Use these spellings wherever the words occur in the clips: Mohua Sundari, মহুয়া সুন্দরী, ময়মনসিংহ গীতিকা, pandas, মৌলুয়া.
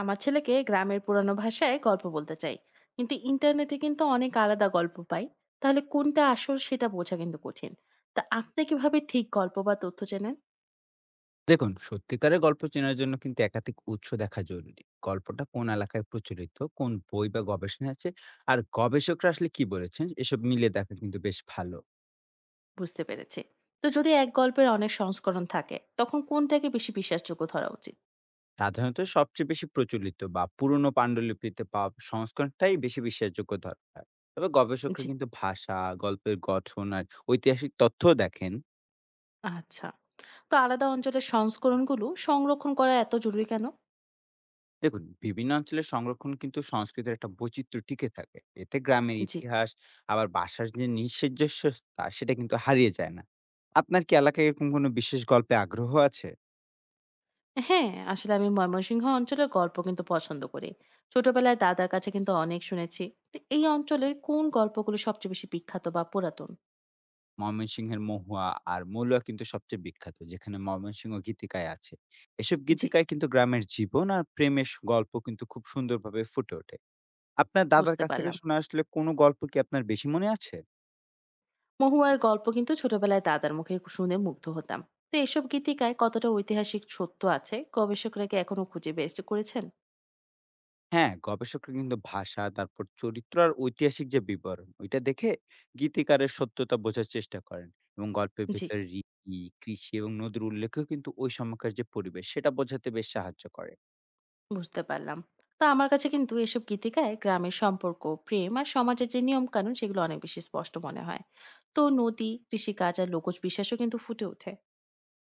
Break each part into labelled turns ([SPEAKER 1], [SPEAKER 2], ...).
[SPEAKER 1] আমার ছেলেকে গ্রামের পুরানো ভাষায় গল্প বলতে চাই। কিন্তু ইন্টারনেটে কিন্তু অনেক আলাদা গল্প পাই। তাহলে কোনটা আসল সেটা বোঝা কিন্তু কঠিন। তা আপনি কিভাবে ঠিক গল্প বা তথ্য চেনেন?
[SPEAKER 2] দেখুন, সত্যিকারের গল্প চেনার জন্য কিন্তু একাধিক উৎস দেখা জরুরি। গল্পটা কোন এলাকায় প্রচলিত, কোন বই বা গবেষণায় আছে, আর গবেষকরা আসলে কি বলেছেন, এসব মিলিয়ে দেখা কিন্তু বেশ ভালো।
[SPEAKER 1] বুঝতে পেরেছি। তো যদি এক গল্পের অনেক সংস্করণ থাকে তখন কোনটাকে বেশি বিশ্বাসযোগ্য ধরা উচিত?
[SPEAKER 2] সাধারণত সবচেয়ে বেশি প্রচলিত বা পুরনো পাণ্ডুলিপিতে পাওয়া সংস্করণটাই বেশি বিশ্বাসযোগ্য ধরা হয়। তবে গবেষকরা
[SPEAKER 1] জি।
[SPEAKER 2] কিন্তু ভাষা, গল্পের গঠন আর ঐতিহাসিক তথ্যও দেখেন।
[SPEAKER 1] আচ্ছা। তো আলাদা অঞ্চলের সংস্করণগুলো সংরক্ষণ করা এত জরুরি কেন?
[SPEAKER 2] দেখুন, বিভিন্ন অঞ্চলের সংরক্ষণ কিন্তু সংস্কৃতির একটা বৈচিত্র্য টিকে থাকে, এতে গ্রামের
[SPEAKER 1] জি।
[SPEAKER 2] ইতিহাস আবার বাসার যে নিঃসাজস্যতা, সেটা কিন্তু হারিয়ে যায় না। আপনার কি এলাকায় এরকম কোনো বিশেষ গল্পে আগ্রহ আছে?
[SPEAKER 1] হ্যাঁ, আসলে আমি ময়মনসিংহ অঞ্চলের গল্প কিন্তু পছন্দ করি। ছোটবেলায় দাদার কাছে কিন্তু অনেক শুনেছি। তো এই অঞ্চলের কোন গল্পগুলো সবচেয়ে বেশি বিখ্যাত বা পুরাতন?
[SPEAKER 2] ময়মনসিংহের মহুয়া আর মৌলুয়া কিন্তু সবচেয়ে বিখ্যাত, যেখানে ময়মনসিংহ গীতিকায় আছে। এসব
[SPEAKER 1] জি,
[SPEAKER 2] গীতিকায় কিন্তু গ্রামের জীবন আর প্রেমের গল্প কিন্তু খুব সুন্দরভাবে ফুটে ওঠে। আপনার দাদার
[SPEAKER 1] বুঝতে
[SPEAKER 2] কাছ থেকে
[SPEAKER 1] পারলাম।
[SPEAKER 2] শোনা আসলে কোনো গল্প কি আপনার বেশি মনে আছে?
[SPEAKER 1] মহুয়ার গল্প কিন্তু ছোটবেলায় দাদার মুখে শুনে মুগ্ধ হতাম। তো এসব গীতিকায় কতটা ঐতিহাসিক সত্য আছে, গবেষকরা কি এখনো খুঁজে বের করেছেন?
[SPEAKER 2] হ্যাঁ, গবেষকরা কিন্তু ভাষা, তারপর চরিত্র আর ঐতিহাসিক যে বিবরণ, ওইটা দেখে গীতিকারের সত্যতা বোঝার চেষ্টা করেন। এবং গল্পের
[SPEAKER 1] জি,
[SPEAKER 2] ভেতরে রীতি, কৃষি এবং নদীর উল্লেখেও কিন্তু ওই সময়কার যে পরিবেশ, সেটা বোঝাতে বেশ সাহায্য করে।
[SPEAKER 1] বুঝতে পারলাম। তো আমার কাছে কিন্তু এসব গীতিকায় গ্রামের সম্পর্ক, প্রেম আর সমাজের যে নিয়ম কানুন সেগুলো অনেক বেশি স্পষ্ট মনে হয়। তো নদী, কৃষিকাজ আর লোকজ বিশ্বাসও কিন্তু ফুটে ওঠে।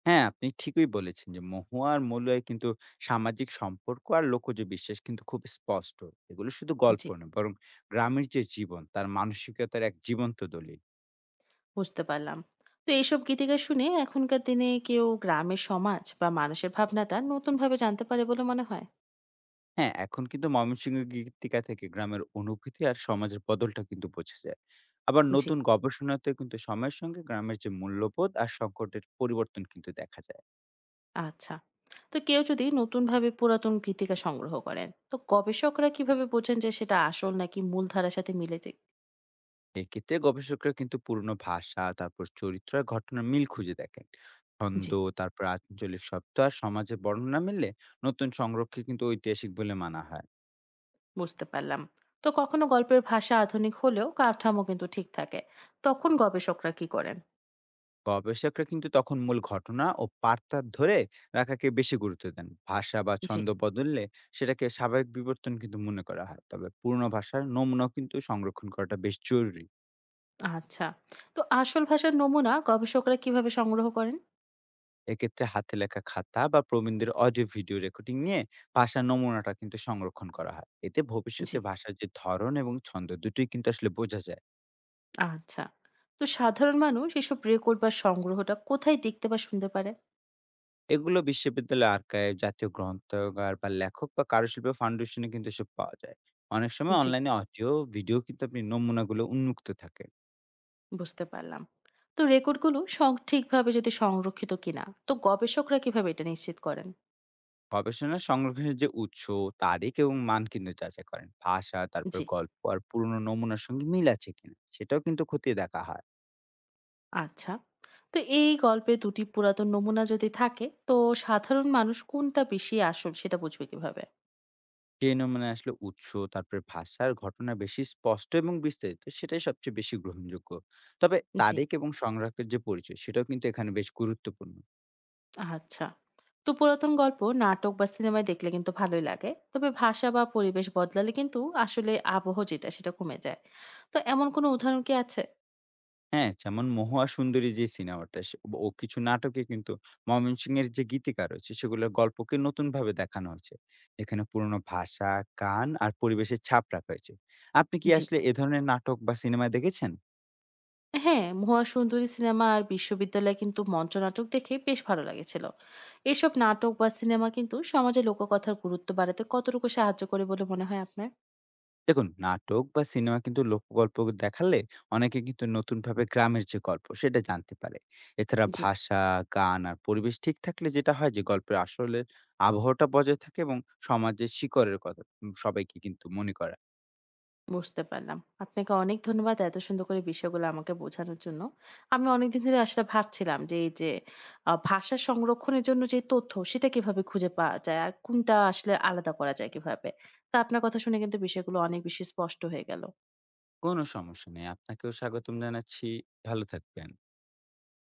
[SPEAKER 2] হ্যাঁ, আপনি ঠিকই বলেছেন যে মহুয়া আর মলুয়ায় কিন্তু সামাজিক সম্পর্ক আর লোকজ বিশ্বাস কিন্তু খুব স্পষ্ট। এগুলো শুধু গল্প
[SPEAKER 1] জি,
[SPEAKER 2] নয়, বরং গ্রামের যে জীবন, তার মানসিকতার এক জীবন্ত দলিল।
[SPEAKER 1] বুঝতে পারলাম। তো এইসব গীতিকার শুনে এখনকার দিনে কেউ গ্রামের সমাজ বা মানুষের ভাবনাটা নতুনভাবে জানতে পারে বলে মনে হয়?
[SPEAKER 2] হ্যাঁ, এখন কিন্তু ময়মনসিংহ গীতিকা থেকে গ্রামের অনুভূতি আর সমাজের বদলটা কিন্তু বোঝা যায়। আবার
[SPEAKER 1] জি,
[SPEAKER 2] নতুন গবেষণাতেও কিন্তু সময়ের সঙ্গে গ্রামের যে মূল্যবোধ আর সংকটের পরিবর্তন কিন্তু দেখা যায়।
[SPEAKER 1] আচ্ছা। তো কেউ যদি নতুনভাবে পুরাতন গীতিকা সংগ্রহ করেন, তো গবেষকরা কিভাবে বোঝেন যে সেটা আসল নাকি মূলধারার সাথে মিলেছে?
[SPEAKER 2] এক্ষেত্রে গবেষকরা কিন্তু পুরনো ভাষা, তারপর চরিত্র আর ঘটনার মিল খুঁজে দেখেন।
[SPEAKER 1] জি,
[SPEAKER 2] ছন্দ, তারপর আঞ্চলিক শব্দ আর সমাজের বর্ণনা মিললে নতুন সংরক্ষে কিন্তু ঐতিহাসিক বলে মানা হয়।
[SPEAKER 1] বুঝতে পারলাম। তো কখনো গল্পের ভাষা আধুনিক হলেও কাঠামো কিন্তু ঠিক থাকে। তখন গবেষকরা কি করেন?
[SPEAKER 2] গবেষকরা কিন্তু তখন মূল ঘটনা ও বার্তা ধরে রাখাকে বেশি গুরুত্ব দেন। ভাষা বা
[SPEAKER 1] জি,
[SPEAKER 2] ছন্দ বদললে সেটাকে স্বাভাবিক বিবর্তন কিন্তু মনে করা হয়। তবে পূর্ণ ভাষার নমুনাও কিন্তু সংরক্ষণ করাটা বেশ জরুরি।
[SPEAKER 1] আচ্ছা। তো আসল ভাষার নমুনা গবেষকরা কিভাবে সংগ্রহ করেন?
[SPEAKER 2] এক্ষেত্রে হাতে লেখা খাতা বা প্রবীণদের অডিও ভিডিও রেকর্ডিং নিয়ে ভাষার নমুনাটা কিন্তু সংরক্ষণ করা হয়। এতে
[SPEAKER 1] জি,
[SPEAKER 2] ভবিষ্যতে ভাষার যে ধরন এবং ছন্দ, দুটোই কিন্তু আসলে বোঝা যায়।
[SPEAKER 1] আচ্ছা। তো সাধারণ মানুষ এসব রেকর্ড বা সংগ্রহটা কোথায় দেখতে বা শুনতে পারে?
[SPEAKER 2] এগুলো বিশ্ববিদ্যালয় আর্কাইভ, জাতীয় গ্রন্থাগার বা লেখক বা কারুশিল্প ফাউন্ডেশনে কিন্তু এসব পাওয়া যায়। অনেক সময়
[SPEAKER 1] জি,
[SPEAKER 2] অনলাইনে অডিও, ভিডিও কিন্তু আপনি নমুনাগুলো উন্মুক্ত থাকে।
[SPEAKER 1] বুঝতে পারলাম। তো রেকর্ডগুলো সং ঠিকভাবে যদি সংরক্ষিত কিনা, তো গবেষকরা কিভাবে এটা নিশ্চিত করেন?
[SPEAKER 2] গবেষণা সংরক্ষণের যে উৎস, তারিখ এবং মান কিন্তু যাচাই করেন। ভাষা, তারপর
[SPEAKER 1] জি,
[SPEAKER 2] গল্প আর পুরনো নমুনার সঙ্গে মিল আছে কিনা, সেটাও কিন্তু খতিয়ে দেখা হয়।
[SPEAKER 1] আচ্ছা। তো এই গল্পে দুটি পুরাতন নমুনা যদি থাকে, তো সাধারণ মানুষ কোনটা বেশি আসল সেটা বুঝবে কিভাবে?
[SPEAKER 2] যে নমুনা আসলে উৎস, তারপরে ভাষা আর ঘটনা বেশি স্পষ্ট এবং বিস্তারিত, সেটাই সবচেয়ে বেশি গ্রহণযোগ্য। তবে
[SPEAKER 1] জি,
[SPEAKER 2] তারিখ এবং সংগ্রাহকের যে পরিচয়, সেটাও কিন্তু এখানে বেশ গুরুত্বপূর্ণ।
[SPEAKER 1] আচ্ছা। তো পুরাতন গল্প, নাটক বা সিনেমায় দেখলে কিন্তু ভালোই লাগে, তবে ভাষা বা পরিবেশ বদলালে কিন্তু আসলে আবহ যেটা সেটা কমে যায়। তো এমন কোনো উদাহরণ কি আছে?
[SPEAKER 2] হ্যাঁ, যেমন 'মহুয়া সুন্দরী' যে সিনেমাটা সে ও কিছু নাটকে কিন্তু ময়মনসিংহের যে গীতিকার রয়েছে, সেগুলোর গল্পকে নতুনভাবে দেখানো হয়েছে। এখানে পুরনো ভাষা, গান আর পরিবেশের ছাপ রাখা হয়েছে। আপনি কি
[SPEAKER 1] জি,
[SPEAKER 2] আসলে এ ধরনের নাটক বা সিনেমা দেখেছেন?
[SPEAKER 1] হ্যাঁ, মহুয়া সুন্দরী সিনেমা আর বিশ্ববিদ্যালয়ে কিন্তু মঞ্চনাটক দেখে বেশ ভালো লেগেছিল। এসব নাটক বা সিনেমা কিন্তু সমাজে লোককথার গুরুত্ব বাড়াতে কতটুকু সাহায্য করে বলে মনে হয় আপনার?
[SPEAKER 2] দেখুন, নাটক বা সিনেমা কিন্তু লোকগল্প দেখালে অনেকে কিন্তু নতুনভাবে গ্রামের যে গল্প, সেটা জানতে পারে। এছাড়া
[SPEAKER 1] জি,
[SPEAKER 2] ভাষা, গান আর পরিবেশ ঠিক থাকলে যেটা হয় যে গল্পের আসলে আবহাওয়াটা বজায় থাকে এবং সমাজের শিকড়ের কথা সবাইকে কিন্তু মনে করা।
[SPEAKER 1] বুঝতে পারলাম। আপনাকে অনেক ধন্যবাদ এত সুন্দর করে বিষয়গুলো আমাকে বোঝানোর জন্য। আমি অনেকদিন ধরে আসলে ভাবছিলাম যে এই যে ভাষা সংরক্ষণের জন্য যে তথ্য সেটা কিভাবে খুঁজে পাওয়া যায় আর কোনটা আসলে আলাদা করা যায় কিভাবে। তো আপনার কথা শুনে কিন্তু বিষয়গুলো অনেক বেশি স্পষ্ট হয়ে গেল।
[SPEAKER 2] কোনো সমস্যা নেই। আপনাকেও স্বাগতম জানাচ্ছি। ভালো থাকবেন।